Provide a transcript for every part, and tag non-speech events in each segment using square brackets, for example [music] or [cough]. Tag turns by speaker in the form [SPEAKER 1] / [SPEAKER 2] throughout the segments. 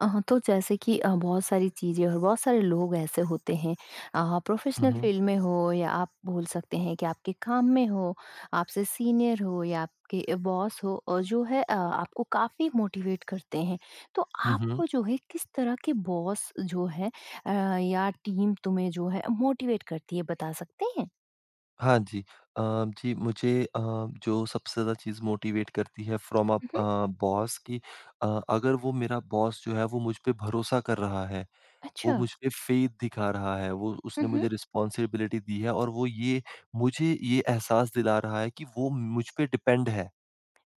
[SPEAKER 1] तो जैसे कि बहुत सारी चीज़ें और बहुत सारे लोग ऐसे होते हैं
[SPEAKER 2] हुँ,
[SPEAKER 1] प्रोफेशनल
[SPEAKER 2] हुँ।
[SPEAKER 1] फील्ड में हो या आप बोल सकते हैं कि आपके काम में हो, आपसे सीनियर हो या आपके बॉस हो और जो है आपको काफ़ी मोटिवेट करते हैं। तो
[SPEAKER 2] हुँ, हुँ।
[SPEAKER 1] आपको जो है किस तरह के बॉस जो है अ, या टीम तुम्हें जो है मोटिवेट करती है, बता सकते हैं?
[SPEAKER 2] हाँ जी। अ, जी मुझे जो सबसे ज़्यादा चीज़ मोटिवेट करती है फ्रॉम
[SPEAKER 1] हुँ, हुँ।
[SPEAKER 2] बॉस कि अगर वो मेरा बॉस जो है वो मुझ पे भरोसा कर रहा है, वो
[SPEAKER 1] अच्छा।
[SPEAKER 2] मुझ पे फ़ेथ दिखा रहा है, वो
[SPEAKER 1] हुँ,
[SPEAKER 2] उसने
[SPEAKER 1] हुँ।
[SPEAKER 2] मुझे रिस्पॉन्सिबिलिटी दी है और वो ये मुझे ये एहसास दिला रहा है कि वो मुझ पे डिपेंड है।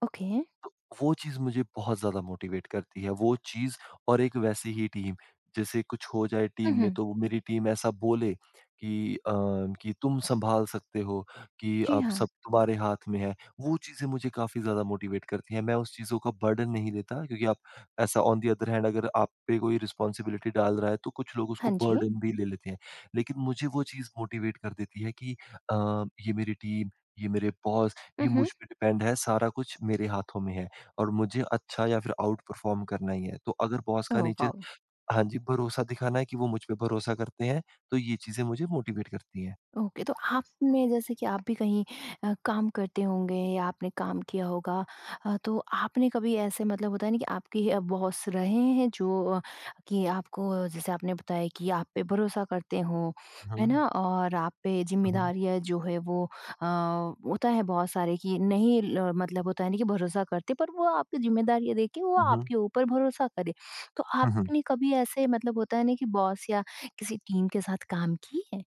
[SPEAKER 1] ओके।
[SPEAKER 2] तो वो चीज़ मुझे बहुत ज़्यादा मोटिवेट करती है। वो चीज़ और एक वैसी ही टीम, जैसे कुछ हो जाए
[SPEAKER 1] हुँ,
[SPEAKER 2] टीम में
[SPEAKER 1] हुँ।
[SPEAKER 2] तो वो मेरी टीम ऐसा बोले कि कि तुम सँभाल सकते हो, कि
[SPEAKER 1] जी
[SPEAKER 2] अब
[SPEAKER 1] हाँ।
[SPEAKER 2] सब तुम्हारे हाथ में है। वो चीज़ें मुझे काफ़ी ज़्यादा मोटिवेट करती हैं। मैं उस चीज़ों का बर्डन नहीं लेता क्योंकि आप ऐसा ऑन द अदर हैंड अगर आप पे कोई रिस्पॉन्सिबिलिटी डाल रहा है तो कुछ लोग उसको
[SPEAKER 1] हाँ जी।
[SPEAKER 2] बर्डन भी ले लेते हैं। लेकिन मुझे वो चीज़ मोटिवेट कर देती है कि अ, ये मेरी टीम, ये मेरे बॉस
[SPEAKER 1] हुँ,
[SPEAKER 2] ये
[SPEAKER 1] हुँ।
[SPEAKER 2] मुझ पे डिपेंड है, सारा कुछ मेरे हाथों में है और मुझे अच्छा या फिर आउट परफ़ॉर्म करना ही है। तो अगर बॉस का
[SPEAKER 1] ओह
[SPEAKER 2] नेचर
[SPEAKER 1] वाओ!
[SPEAKER 2] हाँ जी, भरोसा दिखाना है कि वो मुझ पे भरोसा करते हैं, तो ये चीज़ें मुझे मोटिवेट करती हैं।
[SPEAKER 1] ओके, तो आप में जैसे कि आप भी कहीं काम करते होंगे या आपने काम किया होगा, तो आपने कभी ऐसे मतलब होता है ना कि आपके बॉस रहे हैं जो कि आपको जैसे आपने बताया कि आप पे भरोसा करते हो,
[SPEAKER 2] हुँ,
[SPEAKER 1] है ना, और आप पे
[SPEAKER 2] हुँ,
[SPEAKER 1] जिम्मेदारियां जो है वो होता है बहुत सारे कि नहीं मतलब होता है ना कि भरोसा करते पर वो आपकी जिम्मेदारियां देख के वो
[SPEAKER 2] हुँ,
[SPEAKER 1] आपके ऊपर भरोसा करे। तो
[SPEAKER 2] हुँ, हुँ।
[SPEAKER 1] आपने कभी ऐसे मतलब होता है ना कि बॉस या किसी टीम के साथ काम की है?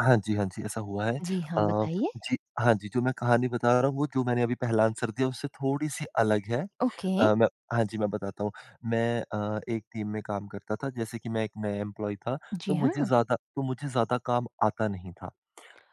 [SPEAKER 2] हाँ जी, हाँ जी, ऐसा हुआ है।
[SPEAKER 1] जी हाँ,
[SPEAKER 2] अ,
[SPEAKER 1] बताइए?
[SPEAKER 2] जी हाँ जी, जो मैं कहानी बता रहा हूँ, वो जो मैंने अभी पहला आंसर दिया, उससे थोड़ी-सी अलग है।
[SPEAKER 1] ओके।
[SPEAKER 2] अ, मैं हाँ जी, मैं बताता हूँ। मैं एक टीम में काम करता था, जैसे कि मैं एक नया एम्प्लॉयी था,
[SPEAKER 1] जी हाँ।
[SPEAKER 2] तो मुझे ज़्यादा काम आता नहीं था।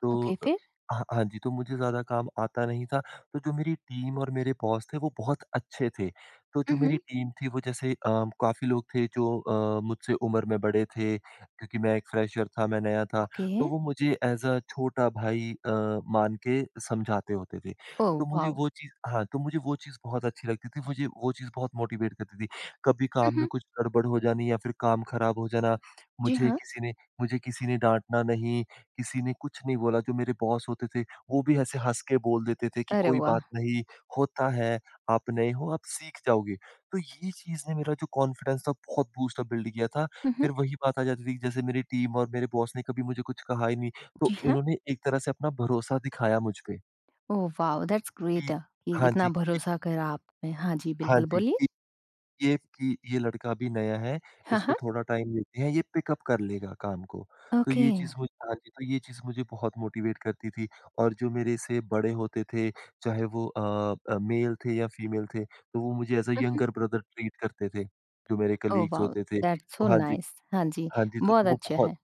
[SPEAKER 2] तो
[SPEAKER 1] ओके,
[SPEAKER 2] अ,
[SPEAKER 1] फिर?
[SPEAKER 2] हाँ, हाँ जी, तो मुझे ज़्यादा काम आता नहीं था। तो जो मेरी टीम और मेरे बॉस थे वो बहुत अच्छे थे। तो
[SPEAKER 1] हुँ,
[SPEAKER 2] जो मेरी
[SPEAKER 1] हुँ।
[SPEAKER 2] टीम थी वो जैसे काफ़ी लोग थे जो मुझसे उम्र में बड़े थे क्योंकि मैं एक फ्रेशर था, मैं नया था।
[SPEAKER 1] ओके।
[SPEAKER 2] तो वो मुझे एज़ अ छोटा भाई मान के समझाते होते थे।
[SPEAKER 1] ओह
[SPEAKER 2] तो मुझे
[SPEAKER 1] वाव!
[SPEAKER 2] वो चीज़ हाँ, तो मुझे वो चीज़ बहुत अच्छी लगती थी, मुझे वो चीज़ बहुत मोटिवेट करती थी। कभी
[SPEAKER 1] हुँ,
[SPEAKER 2] काम में
[SPEAKER 1] हुँ।
[SPEAKER 2] कुछ गड़बड़ हो जानी या फिर काम खराब हो जाना,
[SPEAKER 1] जी
[SPEAKER 2] मुझे
[SPEAKER 1] हाँ।
[SPEAKER 2] किसी ने मुझे किसी ने डाँटना नहीं किसी ने कुछ नहीं बोला, जो मेरे बॉस होते थे, वो भी ऐसे हँस के बोल देते थे कि
[SPEAKER 1] अरे
[SPEAKER 2] कोई
[SPEAKER 1] वाह!
[SPEAKER 2] बात नहीं, होता है, आप नए हो, आप सीख जाओगे। तो ये चीज़ ने मेरा जो कॉन्फिडेंस था बहुत बूस्ट अप बिल्ड किया था।
[SPEAKER 1] हुँ, हुँ।
[SPEAKER 2] फिर वही बात आ जाती थी कि जैसे मेरी टीम और मेरे बॉस ने कभी मुझे कुछ कहा ही नहीं,
[SPEAKER 1] जी
[SPEAKER 2] तो
[SPEAKER 1] हाँ।
[SPEAKER 2] इन्होंने एक तरह से अपना भरोसा दिखाया मुझ पे
[SPEAKER 1] ओह वाव! दैट्स ग्रेट,
[SPEAKER 2] कि
[SPEAKER 1] कि
[SPEAKER 2] हाँ जी,
[SPEAKER 1] इतना भरोसा करा आपने। हाँ जी,
[SPEAKER 2] हाँ
[SPEAKER 1] बिल्कुल
[SPEAKER 2] जी,
[SPEAKER 1] बोलिए।
[SPEAKER 2] कि कि ये लड़का अभी नया है,
[SPEAKER 1] हाँ,
[SPEAKER 2] इसको
[SPEAKER 1] हाँ।
[SPEAKER 2] थोड़ा टाइम देते हैं, ये पिकअप कर लेगा काम को। तो
[SPEAKER 1] ओके।
[SPEAKER 2] ये चीज़ मुझे हाँ जी, तो ये चीज़ मुझे बहुत मोटिवेट करती थी और जो मेरे से बड़े होते थे, चाहे वो मेल थे या फीमेल थे, तो वो मुझे एज़ अ
[SPEAKER 1] हुँ, हुँ।
[SPEAKER 2] यंगर ब्रदर ट्रीट करते थे, जो मेरे
[SPEAKER 1] ओह
[SPEAKER 2] कलीग्स
[SPEAKER 1] वाव!
[SPEAKER 2] होते थे।
[SPEAKER 1] दैट्स
[SPEAKER 2] तो
[SPEAKER 1] सो
[SPEAKER 2] हाँ जी,
[SPEAKER 1] नाइस। हाँ जी,
[SPEAKER 2] हाँ जी, तो
[SPEAKER 1] बहुत
[SPEAKER 2] फिर वो
[SPEAKER 1] अच्छा
[SPEAKER 2] बहुत
[SPEAKER 1] है।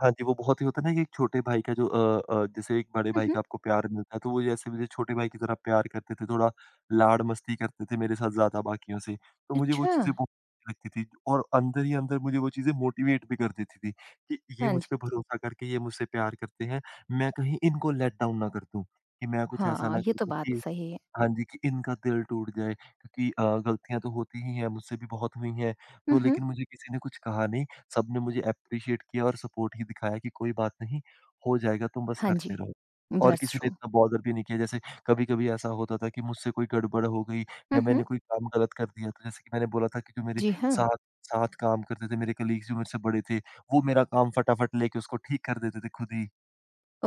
[SPEAKER 2] हाँ जी, वो बहुत ही होता है ना कि एक छोटे भाई का जो जैसे एक बड़े
[SPEAKER 1] हुँ,
[SPEAKER 2] भाई
[SPEAKER 1] हुँ।
[SPEAKER 2] का आपको प्यार मिलता है, तो वो जैसे मुझे छोटे भाई की तरह प्यार करते थे, थोड़ा लाड़-मस्ती करते थे मेरे साथ ज़्यादा बाकियों से। तो मुझे वो
[SPEAKER 1] अच्छा!
[SPEAKER 2] चीज़ें बहुत अच्छी लगती थी और अंदर ही अंदर मुझे वो चीज़ें मोटिवेट भी कर देती थी कि ये
[SPEAKER 1] हाँ
[SPEAKER 2] मुझ
[SPEAKER 1] जी।
[SPEAKER 2] पे भरोसा करके, ये मुझसे प्यार करते हैं, मैं कहीं इनको लेट डाउन ना कर दूँ, कि मैं कुछ ऐसा
[SPEAKER 1] हाँ,
[SPEAKER 2] ना
[SPEAKER 1] ये
[SPEAKER 2] कर
[SPEAKER 1] तो
[SPEAKER 2] दूँ
[SPEAKER 1] बात
[SPEAKER 2] कि
[SPEAKER 1] सही है।
[SPEAKER 2] हाँ जी, कि इनका दिल टूट जाए क्योंकि गलतियाँ तो होती ही हैं, मुझसे भी बहुत हुई हैं।
[SPEAKER 1] हुँ,
[SPEAKER 2] तो
[SPEAKER 1] हुँ।
[SPEAKER 2] लेकिन मुझे किसी ने कुछ कहा नहीं, सबने मुझे एप्रिशिएट किया और सपोर्ट ही दिखाया कि कोई बात नहीं, हो जाएगा तुम बस
[SPEAKER 1] हाँ
[SPEAKER 2] करते
[SPEAKER 1] जी,
[SPEAKER 2] रहो। और किसी
[SPEAKER 1] दैट्स
[SPEAKER 2] ने
[SPEAKER 1] ट्रू।
[SPEAKER 2] इतना बॉदर भी नहीं किया, जैसे कभी-कभी ऐसा होता था कि मुझसे कोई गड़बड़ हो गई या
[SPEAKER 1] हुँ, हुँ।
[SPEAKER 2] मैंने कोई काम गलत कर दिया। तो जैसे कि मैंने बोला था कि जो मेरे
[SPEAKER 1] जी हाँ।
[SPEAKER 2] साथ साथ काम करते थे, मेरे कलीग्स जो मुझसे बड़े थे, वो मेरा काम फटाफट लेके उसको ठीक कर देते थे खुद ही।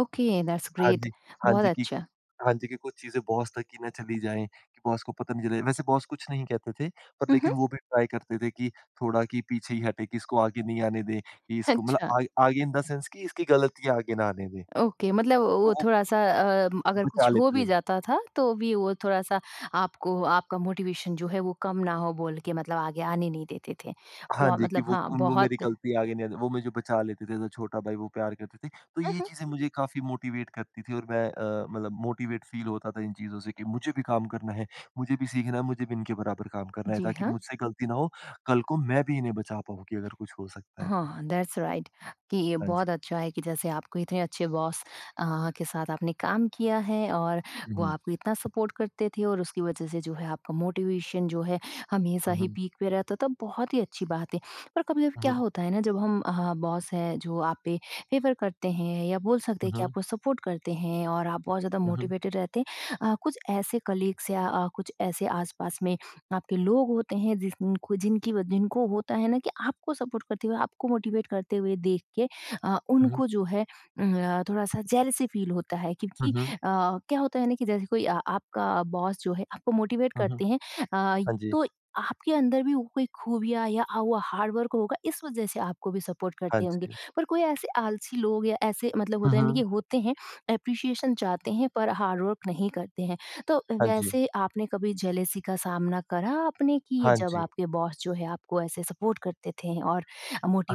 [SPEAKER 1] ओके, दैट्स
[SPEAKER 2] हाँ
[SPEAKER 1] ग्रेट।
[SPEAKER 2] जी, हाँ
[SPEAKER 1] बहुत
[SPEAKER 2] जी,
[SPEAKER 1] अच्छा।
[SPEAKER 2] कि कुछ चीज़ें बॉस तक ही ना चली जाएँ, कि बॉस को पता नहीं चले। वैसे बॉस कुछ नहीं कहते थे, पर
[SPEAKER 1] हुँ, हुँ।
[SPEAKER 2] लेकिन वो भी ट्राई करते थे कि थोड़ा कि पीछे ही हटे, कि इसको आगे नहीं आने दें, कि इसको मतलब
[SPEAKER 1] अच्छा।
[SPEAKER 2] आ आगे इन द सेंस कि इसकी गलतियाँ आगे ना आने दें।
[SPEAKER 1] ओके, मतलब
[SPEAKER 2] तो
[SPEAKER 1] वो
[SPEAKER 2] वो
[SPEAKER 1] थोड़ा-सा अगर
[SPEAKER 2] बचा
[SPEAKER 1] कुछ हो
[SPEAKER 2] लेते
[SPEAKER 1] भी
[SPEAKER 2] थे।
[SPEAKER 1] जाता था, तो भी वो थोड़ा-सा आपको आपका मोटिवेशन जो है वो कम ना हो बोल के मतलब आगे आने नहीं देते थे।
[SPEAKER 2] हाँ
[SPEAKER 1] वो
[SPEAKER 2] जी, कि
[SPEAKER 1] मतलब
[SPEAKER 2] वो
[SPEAKER 1] हाँ,
[SPEAKER 2] वो मेरी
[SPEAKER 1] बहुत
[SPEAKER 2] गलती आगे नहीं आनी वो मुझे बचा लेते थे, एज़ अ छोटा भाई वो प्यार करते थे। तो
[SPEAKER 1] हुँ,
[SPEAKER 2] ये
[SPEAKER 1] हुँ।
[SPEAKER 2] चीज़ें मुझे काफ़ी मोटिवेट करती थी और मैं मतलब मोटिवेट फ़ील होता था इन चीज़ों से कि मुझे भी काम करना है, मुझे भी सीखना है, मुझे भी इनके बराबर काम करना है
[SPEAKER 1] जी,
[SPEAKER 2] ताकि
[SPEAKER 1] हाँ।
[SPEAKER 2] मुझसे गलती ना हो, कल को मैं भी इन्हें बचा पाऊँ कि अगर कुछ हो सकता है तो।
[SPEAKER 1] हाँ, दैट्स राइट, कि ये
[SPEAKER 2] हाँ जी।
[SPEAKER 1] बहुत अच्छा है कि जैसे आपको इतने अच्छे बॉस के साथ आपने काम किया है और
[SPEAKER 2] हुँ,
[SPEAKER 1] वो
[SPEAKER 2] हुँ।
[SPEAKER 1] आपको इतना सपोर्ट करते थे और उसकी वजह से जो है आपका मोटिवेशन जो है हमेशा
[SPEAKER 2] हुँ,
[SPEAKER 1] ही
[SPEAKER 2] हुँ,
[SPEAKER 1] पीक पे रहता था, बहुत ही अच्छी बात है। पर कभी-कभी क्या
[SPEAKER 2] हुँ,
[SPEAKER 1] होता है ना जब हम बॉस हैं जो आप पे फ़ेवर करते हैं या बोल सकते
[SPEAKER 2] हुँ,
[SPEAKER 1] हैं कि
[SPEAKER 2] हुँ,
[SPEAKER 1] आपको सपोर्ट करते हैं और आप बहुत ज़्यादा
[SPEAKER 2] हुँ, हुँ,
[SPEAKER 1] मोटिवेटेड रहते हैं। कुछ ऐसे कलीग्स या कुछ ऐसे आस-पास में आपके लोग होते हैं जिनको जिनकी जिनको होता है ना कि आपको सपोर्ट करते हुए आपको मोटिवेट करते हुए देख के
[SPEAKER 2] हुँ,
[SPEAKER 1] उनको जो है थोड़ा सा जेलसी फील होता है क्योंकि
[SPEAKER 2] हुँ,
[SPEAKER 1] क्या होता है ना कि जैसे कोई आपका बॉस जो है आपको मोटिवेट
[SPEAKER 2] हुँ, हुँ।
[SPEAKER 1] करते हैं। अ,
[SPEAKER 2] हाँ जी,
[SPEAKER 1] तो आपके अंदर भी वो कोई खूबियाँ या वो हार्डवर्क होगा, इस वजह से आपको भी सपोर्ट
[SPEAKER 2] हाँ
[SPEAKER 1] करते होंगे।
[SPEAKER 2] जी।
[SPEAKER 1] पर कोई ऐसे आलसी लोग या ऐसे मतलब
[SPEAKER 2] हुँ,
[SPEAKER 1] होता है ना कि
[SPEAKER 2] हुँ।
[SPEAKER 1] होते हैं, अप्रिशिएशन चाहते हैं पर हार्डवर्क नहीं करते हैं, तो
[SPEAKER 2] हाँ जी,
[SPEAKER 1] वैसे आपने कभी जेलेसी का सामना करा आपने कि ये
[SPEAKER 2] हाँ
[SPEAKER 1] जब
[SPEAKER 2] जी,
[SPEAKER 1] आपके बॉस जो है आपको ऐसे सपोर्ट करते थे और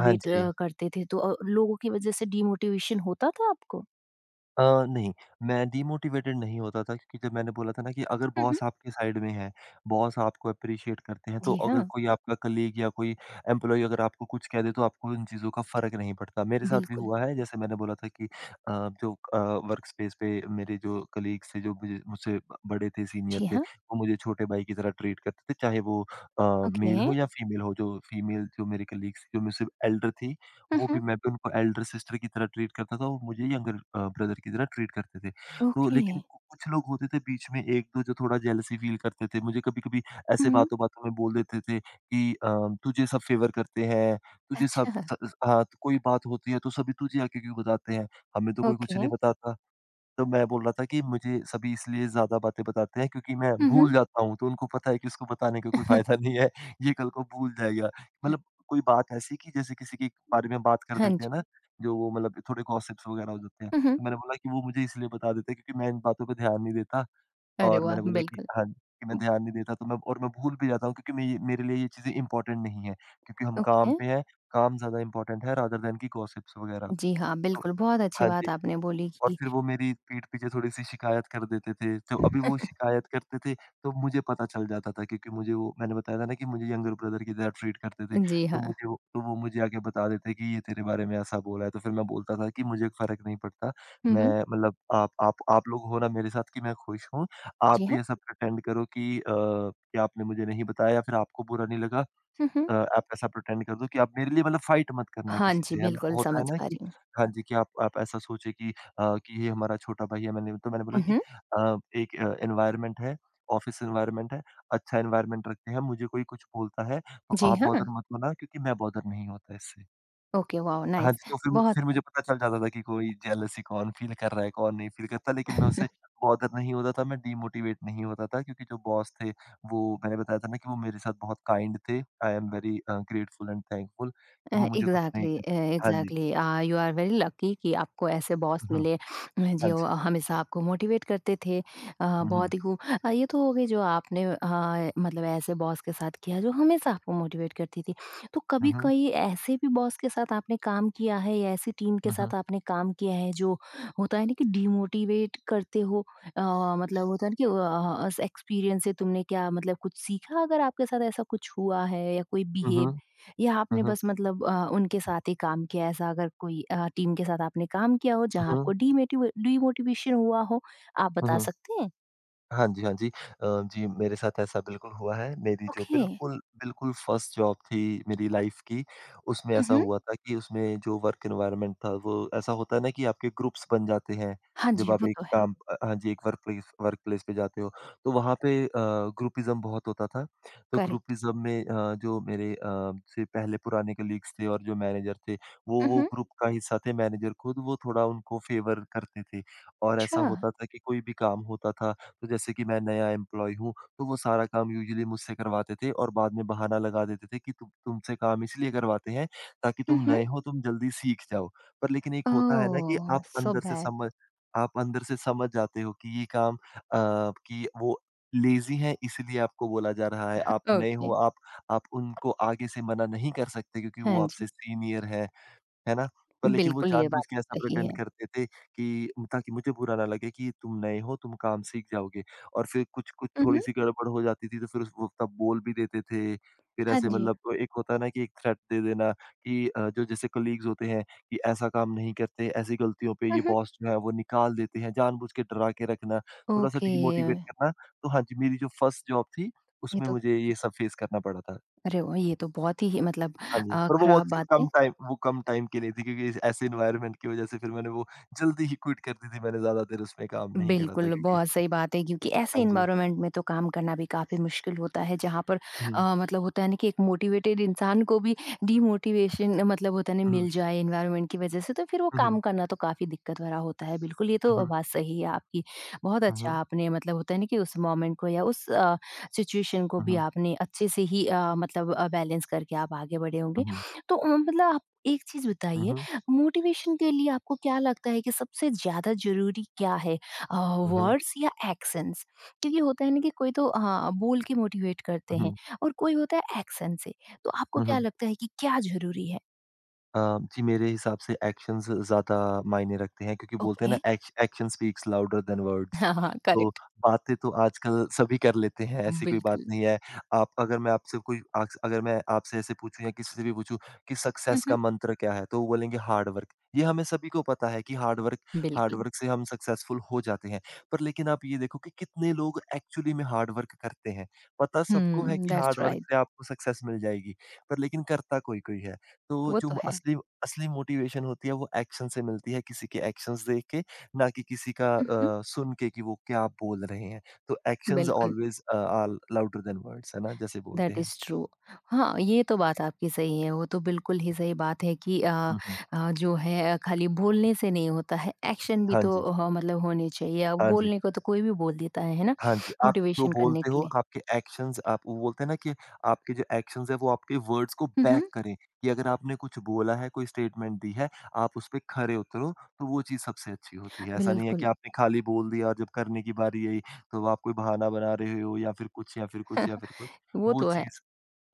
[SPEAKER 2] हाँ जी।
[SPEAKER 1] करते थे, तो लोगों की वजह से डिमोटिवेशन होता था आपको?
[SPEAKER 2] अ, नहीं, मैं डीमोटिवेटेड नहीं होता था क्योंकि जब मैंने बोला था ना कि अगर
[SPEAKER 1] हुँ, हुँ।
[SPEAKER 2] बॉस आपके साइड में है, बॉस आपको एप्रिशिएट करते हैं, तो
[SPEAKER 1] जी
[SPEAKER 2] अगर
[SPEAKER 1] हाँ,
[SPEAKER 2] कोई आपका कलीग या कोई एम्प्लॉयी अगर आपको कुछ कह दे, तो आपको इन चीज़ों का फ़र्क नहीं पड़ता। मेरे साथ भी
[SPEAKER 1] बिल्कुल।
[SPEAKER 2] हुआ है, जैसे मैंने बोला था कि जो वर्क स्पेस पे मेरे जो कलीग्स थे, जो मुझे मुझसे ब बड़े थे, सीनियर
[SPEAKER 1] जी
[SPEAKER 2] थे,
[SPEAKER 1] हाँ,
[SPEAKER 2] वो मुझे छोटे भाई की तरह ट्रीट करते थे, चाहे वो
[SPEAKER 1] ओके।
[SPEAKER 2] मेल हो या फीमेल हो। जो फीमेल जो मेरे कलीग्स थी, जो मुझसे एल्डर थी,
[SPEAKER 1] हुँ,
[SPEAKER 2] वो भी
[SPEAKER 1] हुँ।
[SPEAKER 2] मैं भी उनको एल्डर सिस्टर की तरह ट्रीट करता था और मुझे यंगर ब्रदर की तरह ट्रीट करते थे। तो
[SPEAKER 1] ओके।
[SPEAKER 2] लेकिन कु कुछ लोग होते थे बीच में 1-2 जो थोड़ा जेलसी फ़ील करते थे। मुझे कभी-कभी ऐसे
[SPEAKER 1] हुँ,
[SPEAKER 2] बातों-बातों में बोल देते थे कि तुझे सब फ़ेवर करते हैं, तुझे सब
[SPEAKER 1] अच्छा,
[SPEAKER 2] स हाँ, तो कोई बात होती है तो सभी तुझे आके क्यों बताते हैं, हमें तो कोई कुछ
[SPEAKER 1] ओके।
[SPEAKER 2] नहीं बताता। तो मैं बोल रहा था कि मुझे सभी इसलिए ज़्यादा बातें बताते हैं क्योंकि मैं
[SPEAKER 1] हुँ, हुँ। हुँ।
[SPEAKER 2] भूल जाता हूँ, तो उनको पता है कि उसको बताने का कोई फ़ायदा
[SPEAKER 1] [laughs]
[SPEAKER 2] नहीं है, ये कल को भूल जाएगा। मतलब कोई बात ऐसी कि जैसे किसी के बारे में बात कर
[SPEAKER 1] हाँ
[SPEAKER 2] देते
[SPEAKER 1] जी।
[SPEAKER 2] हैं ना, जो वो मतलब थोड़े गॉसिप्स वगैरह हो जाते हैं।
[SPEAKER 1] हुँ, हुँ।
[SPEAKER 2] तो मैंने बोला कि वो मुझे इसलिए बता देते हैं क्योंकि मैं इन बातों पे ध्यान नहीं देता
[SPEAKER 1] अरे
[SPEAKER 2] और मैंने
[SPEAKER 1] वाह!
[SPEAKER 2] बोला कि
[SPEAKER 1] बिल्कुल।
[SPEAKER 2] हाँ, कि मैं
[SPEAKER 1] हुँ,
[SPEAKER 2] ध्यान नहीं देता तो मैं और मैं भूल भी जाता हूँ क्योंकि मैं ये मेरे लिए ये चीज़ें इम्पोर्टेंट नहीं है, क्योंकि हम
[SPEAKER 1] ओके।
[SPEAKER 2] काम पे हैं, काम ज़्यादा इम्पोर्टेंट है रादर दैन कि गॉसिप्स वगैरह।
[SPEAKER 1] जी हाँ,
[SPEAKER 2] तो
[SPEAKER 1] बिल्कुल, बहुत अच्छी
[SPEAKER 2] हाँ जी।
[SPEAKER 1] बात आपने बोली
[SPEAKER 2] और
[SPEAKER 1] कि
[SPEAKER 2] फिर वो मेरी पीठ पीछे थोड़ी-सी शिकायत कर देते थे, तो अभी वो शिकायत करते थे, तो मुझे पता चल जाता था क्योंकि मुझे वो मैंने बताया था ना कि मुझे यंगर ब्रदर की तरह ट्रीट करते थे,
[SPEAKER 1] जी
[SPEAKER 2] तो
[SPEAKER 1] हाँ।
[SPEAKER 2] मुझे वो तो वो मुझे आके बता देते कि ये तेरे बारे में ऐसा बोला है, तो फिर मैं बोलता था कि मुझे फ़र्क नहीं पड़ता,
[SPEAKER 1] हुँ,
[SPEAKER 2] मैं
[SPEAKER 1] हुँ।
[SPEAKER 2] मतलब आप लोग हो ना मेरे साथ कि मैं खुश हूँ, आप
[SPEAKER 1] जी
[SPEAKER 2] भी
[SPEAKER 1] हाँ।
[SPEAKER 2] ऐसा प्रिटेंड करो कि कि आपने मुझे नहीं बताया या फिर आपको बुरा नहीं लगा।
[SPEAKER 1] हुँ, हुँ।
[SPEAKER 2] आप ऐसा प्रिटेंड कर दो कि आप मेरे लिए मतलब फाइट मत करना
[SPEAKER 1] हाँ
[SPEAKER 2] किसी
[SPEAKER 1] जी,
[SPEAKER 2] से, है ना?
[SPEAKER 1] बिल्कुल
[SPEAKER 2] होता है
[SPEAKER 1] समझ
[SPEAKER 2] ना
[SPEAKER 1] पा
[SPEAKER 2] कि
[SPEAKER 1] रही हूँ।
[SPEAKER 2] हाँ जी, कि आप ऐसा सोचे कि कि ये हमारा छोटा भाई है मैंने बोला
[SPEAKER 1] हुँ,
[SPEAKER 2] कि
[SPEAKER 1] हुँ।
[SPEAKER 2] अ, एक अ, एनवायरनमेंट है, ऑफ़िस एनवायरनमेंट है, अच्छा एनवायरनमेंट रखते हैं, मुझे कोई कुछ बोलता है, तो
[SPEAKER 1] जी
[SPEAKER 2] आप
[SPEAKER 1] हाँ।
[SPEAKER 2] बॉदर मत होना क्योंकि मैं बॉदर नहीं होता इससे।
[SPEAKER 1] ओके, वॉव
[SPEAKER 2] हाँ
[SPEAKER 1] नाइस,
[SPEAKER 2] जी, तो फिर म
[SPEAKER 1] बहुत
[SPEAKER 2] फिर मुझे पता चल जाता था कि कोई जेलसी कौन फ़ील कर रहा है, कौन नहीं फ़ील करता, लेकिन मैं उससे
[SPEAKER 1] [laughs]
[SPEAKER 2] बॉदर नहीं होता था, मैं डीमोटिवेट नहीं होता था क्योंकि जो बॉस थे, वो मैंने बताया था ना कि वो मेरे साथ बहुत काइंड थे। I am very grateful and thankful कि वो मुझे कुछ नहीं
[SPEAKER 1] एग्ज़ैक्टली,
[SPEAKER 2] कहते हाँ जी।
[SPEAKER 1] Exactly, you are very lucky कि आपको ऐसे बॉस
[SPEAKER 2] हुँ, हुँ।
[SPEAKER 1] मिले,
[SPEAKER 2] हाँ
[SPEAKER 1] जो
[SPEAKER 2] जी।
[SPEAKER 1] हमेशा आपको मोटिवेट करते थे।
[SPEAKER 2] हुँ, हुँ।
[SPEAKER 1] बहुत ही खूब। ये तो हो गई जो आपने, मतलब ऐसे बॉस के साथ किया जो हमेशा आपको मोटिवेट करती थी। तो
[SPEAKER 2] हुँ,
[SPEAKER 1] कभी
[SPEAKER 2] हुँ।
[SPEAKER 1] कोई ऐसे भी बॉस के साथ आपने काम किया है या ऐसी टीम के
[SPEAKER 2] हुँ, हुँ।
[SPEAKER 1] साथ आपने काम किया है जो होता है ना कि डिमोटिवेट करते हो, अ, मतलब होता है ना कि एक्सपीरियंस से तुमने क्या मतलब कुछ सीखा अगर आपके साथ ऐसा कुछ हुआ है, या कोई
[SPEAKER 2] हुँ, हुँ।
[SPEAKER 1] बिहेव या
[SPEAKER 2] हुँ,
[SPEAKER 1] आपने
[SPEAKER 2] हुँ।
[SPEAKER 1] बस मतलब उनके साथ ही काम किया, ऐसा अगर कोई टीम के साथ आपने काम किया हो
[SPEAKER 2] हुँ,
[SPEAKER 1] जहाँ
[SPEAKER 2] हुँ।
[SPEAKER 1] आपको डीमेटिव डीमोटिवेशन हुआ हो, आप
[SPEAKER 2] हुँ,
[SPEAKER 1] बता
[SPEAKER 2] हुँ।
[SPEAKER 1] सकते हैं?
[SPEAKER 2] हाँ जी, हाँ जी। जी, मेरे साथ ऐसा बिल्कुल हुआ है। मेरी जो
[SPEAKER 1] ओके।
[SPEAKER 2] बिल्कुल, बिल्कुल फर्स्ट जॉब थी मेरी लाइफ़ की, उसमें
[SPEAKER 1] हुँ,
[SPEAKER 2] ऐसा
[SPEAKER 1] हुँ।
[SPEAKER 2] हुआ था कि उसमें जो वर्क एनवायरनमेंट था, वो ऐसा होता है ना कि आपके ग्रुप्स बन जाते हैं,
[SPEAKER 1] हाँ
[SPEAKER 2] जब
[SPEAKER 1] जी,
[SPEAKER 2] आप
[SPEAKER 1] वो
[SPEAKER 2] एक
[SPEAKER 1] तो है।
[SPEAKER 2] काम अ, हाँ जी, एक वर्क प्लेस पे जाते हो। तो वहाँ पे ग्रुपिज़्म बहुत होता था। तो
[SPEAKER 1] करेक्ट।
[SPEAKER 2] ग्रुपिज़्म में जो मेरे से पहले पुराने कलीग्स थे और जो मैनेजर थे, वो
[SPEAKER 1] हुँ,
[SPEAKER 2] वो
[SPEAKER 1] हुँ।
[SPEAKER 2] ग्रुप का हिस्सा थे। मैनेजर खुद, वो थोड़ा उनको फ़ेवर करते थे और ऐसा
[SPEAKER 1] अच्छा।
[SPEAKER 2] होता था कि कोई भी काम होता था तो जैसे कि मैं नया एम्प्लॉयी हूँ, तो वो सारा काम यूजुअली मुझसे करवाते थे और बाद में बहाना लगा देते थे कि तुमसे काम इसलिए करवाते हैं ताकि
[SPEAKER 1] हुँ,
[SPEAKER 2] तुम
[SPEAKER 1] हुँ।
[SPEAKER 2] नए हो, तुम जल्दी सीख जाओ। पर लेकिन एक होता है ना कि
[SPEAKER 1] ओह! So bad.
[SPEAKER 2] आप अंदर से समझ जाते हो कि वो लेज़ी हैं इसलिए आपको बोला जा रहा है। आप नए
[SPEAKER 1] ओके।
[SPEAKER 2] हो, आप उनको आगे से मना नहीं कर सकते क्योंकि
[SPEAKER 1] हाँ
[SPEAKER 2] वो आपसे
[SPEAKER 1] जी,
[SPEAKER 2] सीनियर हैं। है ना? पर लेकिन वो
[SPEAKER 1] बिल्कुल ये
[SPEAKER 2] जानबूझ
[SPEAKER 1] बात
[SPEAKER 2] के ऐसा
[SPEAKER 1] सही
[SPEAKER 2] प्रिटेंड
[SPEAKER 1] है।
[SPEAKER 2] करते थे कि ताकि मुझे बुरा ना लगे कि तुम नए हो, तुम काम सीख जाओगे और फिर कुछ-कुछ
[SPEAKER 1] हुँ, हुँ।
[SPEAKER 2] थोड़ी-सी गड़बड़ हो जाती थी, तो फिर उस वो तब बोल भी देते थे। फिर
[SPEAKER 1] हाँ
[SPEAKER 2] ऐसे
[SPEAKER 1] जी।
[SPEAKER 2] मतलब एक होता है ना कि एक थ्रेट दे देना कि जो जैसे कलीग्स होते हैं कि ऐसा काम नहीं करते, ऐसी गलतियों पे ये
[SPEAKER 1] हुँ, हुँ।
[SPEAKER 2] बॉस जो है वो निकाल देते हैं, जानबूझ के डरा के रखना, थोड़ा-सा
[SPEAKER 1] ओके।
[SPEAKER 2] डीमोटिवेट करना। तो हाँ जी, मेरी जो फर्स्ट जॉब थी,
[SPEAKER 1] ये
[SPEAKER 2] उसमें
[SPEAKER 1] तो
[SPEAKER 2] मुझे ये सब फेस करना पड़ा था।
[SPEAKER 1] अरे वाह! ये तो बहुत ही मतलब
[SPEAKER 2] हाँ जी, पर वो
[SPEAKER 1] खराब
[SPEAKER 2] बहुत
[SPEAKER 1] बात है।
[SPEAKER 2] कम टाइम के लिए थी क्योंकि इस ऐसे एनवायरनमेंट की वजह से फिर मैंने वो जल्दी ही क्विट कर दी थी, मैंने ज़्यादा देर उसमें काम नहीं करा था
[SPEAKER 1] बिल्कुल,
[SPEAKER 2] क्योंकि
[SPEAKER 1] बहुत सही बात है क्योंकि ऐसे
[SPEAKER 2] हाँ जी।
[SPEAKER 1] एनवायरनमेंट में तो काम करना भी काफ़ी मुश्किल होता है जहाँ पर
[SPEAKER 2] हुँ,
[SPEAKER 1] मतलब होता है ना कि एक मोटिवेटेड इंसान को भी डीमोटिवेशन मतलब होता है ना
[SPEAKER 2] हुँ,
[SPEAKER 1] मिल जाए एनवायरनमेंट की वज़ह से, तो फिर वो
[SPEAKER 2] हुँ, हुँ,
[SPEAKER 1] काम करना तो काफ़ी दिक्कत भरा होता है। बिल्कुल, ये तो
[SPEAKER 2] हुँ,
[SPEAKER 1] बात सही है आपकी। बहुत
[SPEAKER 2] हुँ,
[SPEAKER 1] अच्छा
[SPEAKER 2] हुँ,
[SPEAKER 1] आपने मतलब होता है ना कि उस मोमेंट को या उस सिचुएशन को
[SPEAKER 2] हुँ,
[SPEAKER 1] भी
[SPEAKER 2] हुँ,
[SPEAKER 1] आपने अच्छे से ही मतलब बैलेंस करके आप आगे बढ़े होंगे।
[SPEAKER 2] हुँ,
[SPEAKER 1] तो मतलब आप एक चीज़ बताइए,
[SPEAKER 2] हुँ,
[SPEAKER 1] मोटिवेशन के लिए आपको क्या लगता है कि सबसे ज़्यादा ज़रूरी क्या है?
[SPEAKER 2] हुँ, हुँ,
[SPEAKER 1] वर्ड्स या एक्शंस, क्योंकि होता है ना कि कोई तो हाँ बोल के मोटिवेट करते हैं और कोई होता है एक्शन से, तो आपको
[SPEAKER 2] हुँ,
[SPEAKER 1] क्या
[SPEAKER 2] हुँ।
[SPEAKER 1] लगता है कि क्या जरूरी है?
[SPEAKER 2] अ, जी, मेरे हिसाब से एक्शंस ज़्यादा मायने रखते हैं क्योंकि बोलते हैं
[SPEAKER 1] ओके
[SPEAKER 2] ना
[SPEAKER 1] [laughs]
[SPEAKER 2] action speaks louder than words.
[SPEAKER 1] हाँ हाँ,
[SPEAKER 2] तो
[SPEAKER 1] करेक्ट।
[SPEAKER 2] बातें तो आजकल सभी कर लेते हैं, ऐसी कोई बात
[SPEAKER 1] बिल्कुल।
[SPEAKER 2] नहीं है। आप अगर मैं आपसे कोई आक्स अगर मैं आपसे ऐसे पूछूँ या किसी से भी पूछूँ कि सक्सेस का
[SPEAKER 1] मम्हम,
[SPEAKER 2] मंत्र क्या है? तो वो बोलेंगे हार्ड वर्क। ये हमें सभी को पता है कि हार्ड
[SPEAKER 1] बिल्कुल।
[SPEAKER 2] वर्क से हम सक्सेसफुल हो जाते हैं। पर लेकिन आप ये देखो कि कितने लोग एक्चुअली में हार्ड वर्क करते हैं? पता सबको है
[SPEAKER 1] हम्म,
[SPEAKER 2] कि
[SPEAKER 1] दैट्स
[SPEAKER 2] हार्ड वर्क
[SPEAKER 1] राइट।
[SPEAKER 2] से आपको सक्सेस मिल जाएगी, पर लेकिन करता कोई-कोई है। तो
[SPEAKER 1] वो
[SPEAKER 2] जो
[SPEAKER 1] तो
[SPEAKER 2] म-
[SPEAKER 1] है।
[SPEAKER 2] असली असली मोटिवेशन होती है वो एक्शन से मिलती है किसी के एक्शंस देख के ना कि किसी का
[SPEAKER 1] मम्हम,
[SPEAKER 2] अ, सुन के कि वो क्या बोल रहे हैं तो एक्शंस
[SPEAKER 1] बिल्कुल।
[SPEAKER 2] Always are louder than words है ना जैसे बोलते
[SPEAKER 1] दैट
[SPEAKER 2] हैं
[SPEAKER 1] इज ट्रू। हाँ, ये तो बात आपकी सही है, वो तो बिल्कुल ही सही बात है कि आ,
[SPEAKER 2] हम्म, हम्म,
[SPEAKER 1] आ, जो है खाली बोलने से नहीं होता है, एक्शन भी
[SPEAKER 2] हाँ
[SPEAKER 1] तो
[SPEAKER 2] जी
[SPEAKER 1] हाँ, मतलब होने चाहिए। अब
[SPEAKER 2] हाँ जी
[SPEAKER 1] बोलने को तो कोई भी बोल देता है ना,
[SPEAKER 2] हाँ जी, आप जो
[SPEAKER 1] मोटिवेशन करने
[SPEAKER 2] बोलते
[SPEAKER 1] के
[SPEAKER 2] हो
[SPEAKER 1] लिए।
[SPEAKER 2] आपके एक्शंस आप वो बोलते हैं ना कि आपके जो एक्शंस हैं वो आपके वर्ड्स को
[SPEAKER 1] हुँ,
[SPEAKER 2] बैक
[SPEAKER 1] हुँ।
[SPEAKER 2] करें, कि अगर आपने कुछ बोला है, कोई स्टेटमेंट दी है, आप उस पे खरे उतरो, तो वो चीज़ सबसे अच्छी होती है। ऐसा नहीं है कि
[SPEAKER 1] बिल्कुल,
[SPEAKER 2] आपने खाली बोल दिया और जब करने की बारी आई, तो आप कोई बहाना बना रहे हो या फिर कुछ।
[SPEAKER 1] वो
[SPEAKER 2] वो
[SPEAKER 1] तो है,
[SPEAKER 2] चीज़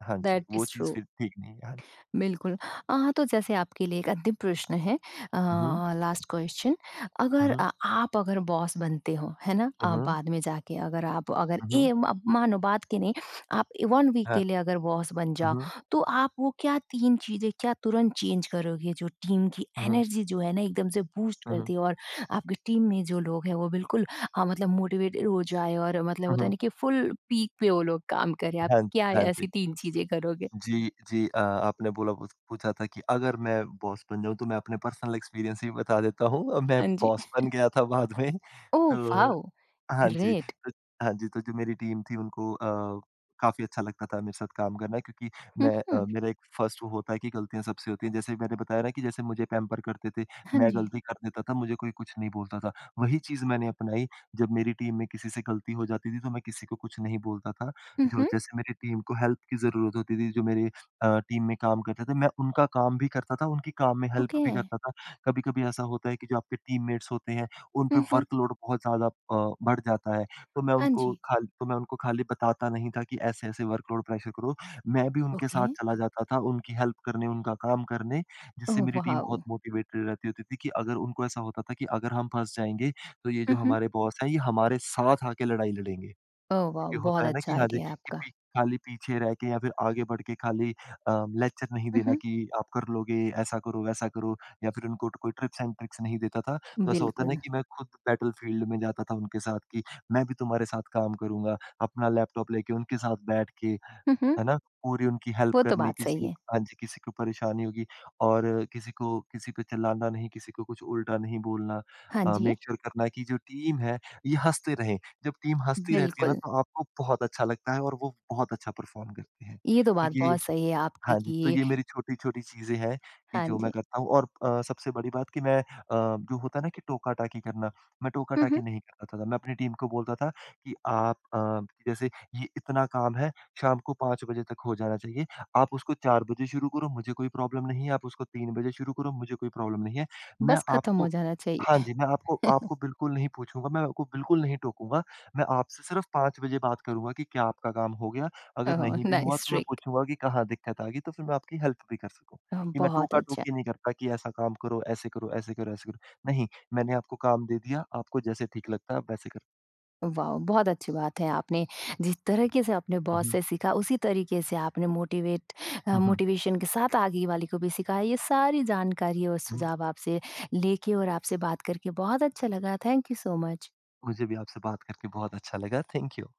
[SPEAKER 2] हाँ जी,
[SPEAKER 1] दैट
[SPEAKER 2] वो
[SPEAKER 1] इज़
[SPEAKER 2] चीज़
[SPEAKER 1] ट्रू।
[SPEAKER 2] फिर ठीक नहीं है। हाँ जी।
[SPEAKER 1] बिल्कुल। तो जैसे आपके लिए एक अंतिम प्रश्न है, अ,
[SPEAKER 2] उहुँ,
[SPEAKER 1] लास्ट क्वेश्चन। अगर
[SPEAKER 2] उहुँ,
[SPEAKER 1] आप अगर बॉस बनते हो, है ना?
[SPEAKER 2] उहुँ,
[SPEAKER 1] बाद में जाके अगर आप अगर
[SPEAKER 2] उहुँ,
[SPEAKER 1] ए म मानो बाद के नहीं, आप 1 वीक
[SPEAKER 2] हाँ।
[SPEAKER 1] के लिए अगर बॉस बन जाओ,
[SPEAKER 2] उहुँ,
[SPEAKER 1] तो आप वो क्या 3 चीज़ें क्या तुरंत चेंज करोगे जो टीम की
[SPEAKER 2] उहुँ,
[SPEAKER 1] एनर्जी जो है ना एकदम से बूस्ट कर
[SPEAKER 2] उहुँ,
[SPEAKER 1] दे और आपकी टीम में जो लोग हैं वो बिल्कुल मतलब मोटिवेटेड हो जाए और मतलब होता है
[SPEAKER 2] उहुँ।
[SPEAKER 1] ना कि फुल पीक पे वो लोग काम करें। आप
[SPEAKER 2] हाँ जी,
[SPEAKER 1] क्या
[SPEAKER 2] हाँ जी।
[SPEAKER 1] ऐसी 3 चीज़ें करोगे?
[SPEAKER 2] जी, जी। आपने बोला पूछ पूछा था कि अगर मैं बॉस बन जाऊँ, तो मैं अपने पर्सनल एक्सपीरियंस ही बता देता हूँ। मैं
[SPEAKER 1] हाँ जी।
[SPEAKER 2] बॉस बन गया था बाद में,
[SPEAKER 1] ओह
[SPEAKER 2] तो
[SPEAKER 1] वाओ!
[SPEAKER 2] हाँ जी।
[SPEAKER 1] ग्रेट।
[SPEAKER 2] तो हाँ जी, तो जो मेरी टीम थी उनको काफ़ी अच्छा लगता था मेरे साथ काम करना क्योंकि
[SPEAKER 1] हुँ, हुँ।
[SPEAKER 2] मेरा एक फ़र्स्ट वो होता है कि गलतियाँ सबसे होती हैं। जैसे मैंने बताया ना कि जैसे मुझे पैम्पर करते थे,
[SPEAKER 1] हाँ
[SPEAKER 2] मैं
[SPEAKER 1] जी।
[SPEAKER 2] गलती कर देता था, मुझे कोई कुछ नहीं बोलता था। वही चीज़ मैंने अपनाई, जब मेरी टीम में किसी से गलती हो जाती थी तो मैं किसी को कुछ नहीं बोलता था।
[SPEAKER 1] हुँ,
[SPEAKER 2] जो
[SPEAKER 1] हुँ।
[SPEAKER 2] जैसे मेरी टीम को हेल्प की ज़रूरत होती थी, जो मेरे टीम में काम करते थे, मैं उनका काम भी करता था, उनकी काम में हेल्प
[SPEAKER 1] ओके।
[SPEAKER 2] भी करता था। कभी-कभी ऐसा होता है कि जो आपके टीममेट्स होते हैं उन पे
[SPEAKER 1] हुँ, हुँ।
[SPEAKER 2] वर्कलोड बहुत ज़्यादा बढ़ जाता है। तो
[SPEAKER 1] हाँ जी।
[SPEAKER 2] मैं उनको खाली बताता नहीं था कि ऐसे-ऐसे वर्कलोड प्रेशर करो। मैं भी उनके
[SPEAKER 1] ओके।
[SPEAKER 2] साथ चला जाता था, उनकी हेल्प करने, उनका काम करने, जिससे
[SPEAKER 1] ओह
[SPEAKER 2] मेरी टीम बहुत
[SPEAKER 1] वाओ!
[SPEAKER 2] मोटिवेटेड रहती होती थी कि अगर उनको ऐसा होता था कि अगर हम फँस जाएँगे, तो ये जो
[SPEAKER 1] हुँ, हुँ।
[SPEAKER 2] हमारे बॉस हैं, ये हमारे साथ आके लड़ाई लड़ेंगे।
[SPEAKER 1] Oh wow!
[SPEAKER 2] क्योंकि होता
[SPEAKER 1] बहुत
[SPEAKER 2] है ना कि
[SPEAKER 1] अच्छा
[SPEAKER 2] हाँ जी,
[SPEAKER 1] आइडिया है
[SPEAKER 2] कि
[SPEAKER 1] आपका।
[SPEAKER 2] पी खाली पीछे रह के या फिर आगे बढ़ के खाली लेक्चर नहीं
[SPEAKER 1] हुँ,
[SPEAKER 2] देना
[SPEAKER 1] हुँ।
[SPEAKER 2] कि आप कर लोगे, ऐसा करो, वैसा करो या फिर उनको कोई ट्रिप्स एंड ट्रिक्स नहीं देता था। तो ऐसा होता है ना
[SPEAKER 1] बिल्कुल।
[SPEAKER 2] कि मैं खुद बैटलफ़ील्ड में जाता था उनके साथ कि मैं भी तुम्हारे साथ काम करूँगा, अपना लैपटॉप लेके उनके साथ बैठ के,
[SPEAKER 1] हुँ, हुँ।
[SPEAKER 2] है ना? पूरी उनकी हेल्प
[SPEAKER 1] वो तो
[SPEAKER 2] करनी
[SPEAKER 1] बात सही
[SPEAKER 2] किसी
[SPEAKER 1] है।
[SPEAKER 2] को, हाँ जी, किसी को परेशानी होगी और किसी को किसी पे चिल्लाना नहीं, किसी को कुछ उल्टा नहीं बोलना
[SPEAKER 1] हाँ जी,
[SPEAKER 2] मेक श्योर करना कि जो टीम है, ये हँसते रहें। जब टीम हँसती रहती है ना,
[SPEAKER 1] बिल्कुल।
[SPEAKER 2] तो आपको बहुत अच्छा लगता है और वो बहुत अच्छा परफ़ॉर्म करते हैं।
[SPEAKER 1] ये तो
[SPEAKER 2] तो
[SPEAKER 1] बात
[SPEAKER 2] ये
[SPEAKER 1] बहुत सही है आपकी
[SPEAKER 2] हाँ जी,
[SPEAKER 1] कि
[SPEAKER 2] तो
[SPEAKER 1] ये-
[SPEAKER 2] ये मेरी छोटी-छोटी चीज़ें हैं कि
[SPEAKER 1] हाँ
[SPEAKER 2] जो मैं
[SPEAKER 1] जी।
[SPEAKER 2] करता हूँ और सबसे बड़ी बात कि मैं जो होता है ना कि टोका-टाकी करना, मैं
[SPEAKER 1] हुँ,
[SPEAKER 2] टोका-टाकी
[SPEAKER 1] हुँ।
[SPEAKER 2] नहीं करता था। मैं अपनी टीम को बोलता था कि कि जैसे ये इतना काम है, शाम को 5 बजे तक हो जाना चाहिए। आप उसको 4 बजे शुरू करो, मुझे कोई प्रॉब्लम नहीं है। आप उसको 3 बजे शुरू करो, मुझे कोई प्रॉब्लम नहीं है। मैं
[SPEAKER 1] बस खत्म हो
[SPEAKER 2] आपको
[SPEAKER 1] जाना
[SPEAKER 2] हाँ
[SPEAKER 1] चाहिए।
[SPEAKER 2] जी, मैं आपको आपको
[SPEAKER 1] [laughs]
[SPEAKER 2] बिल्कुल नहीं पूछूँगा, मैं आपको बिल्कुल नहीं टोकूँगा। मैं आपसे सिर्फ़ 5 बजे बात करूँगा कि क्या आपका काम हो गया? अगर
[SPEAKER 1] ओह
[SPEAKER 2] नहीं भी हुआ
[SPEAKER 1] नाइस
[SPEAKER 2] तो मैं
[SPEAKER 1] ट्रिक।
[SPEAKER 2] पूछूँगा कि कहाँ दिक्कत आ गई तो फिर मैं आपकी हेल्प भी कर सकूँ। कि मैं
[SPEAKER 1] बहुत अच्छा।
[SPEAKER 2] टोका-टोकी नहीं करता कि ऐसा काम करो, ऐसे करो। नहीं, मैंने आपको काम दे दिया, आपको जैसे ठीक लगता है आप वैसे कर
[SPEAKER 1] वाह! बहुत अच्छी बात है आपने, जिस तरीके से अपने
[SPEAKER 2] हुँ,
[SPEAKER 1] बॉस
[SPEAKER 2] हुँ।
[SPEAKER 1] से सीखा उसी तरीके से आपने मोटिवेट
[SPEAKER 2] हुँ, हुँ।
[SPEAKER 1] मोटिवेशन के साथ आगे वाले को भी सिखाया। ये सारी जानकारी और
[SPEAKER 2] हुँ,
[SPEAKER 1] सुझाव आपसे लेके और आपसे बात करके बहुत अच्छा लगा। Thank you so much.
[SPEAKER 2] मुझे भी आपसे बात करके बहुत अच्छा लगा। Thank you.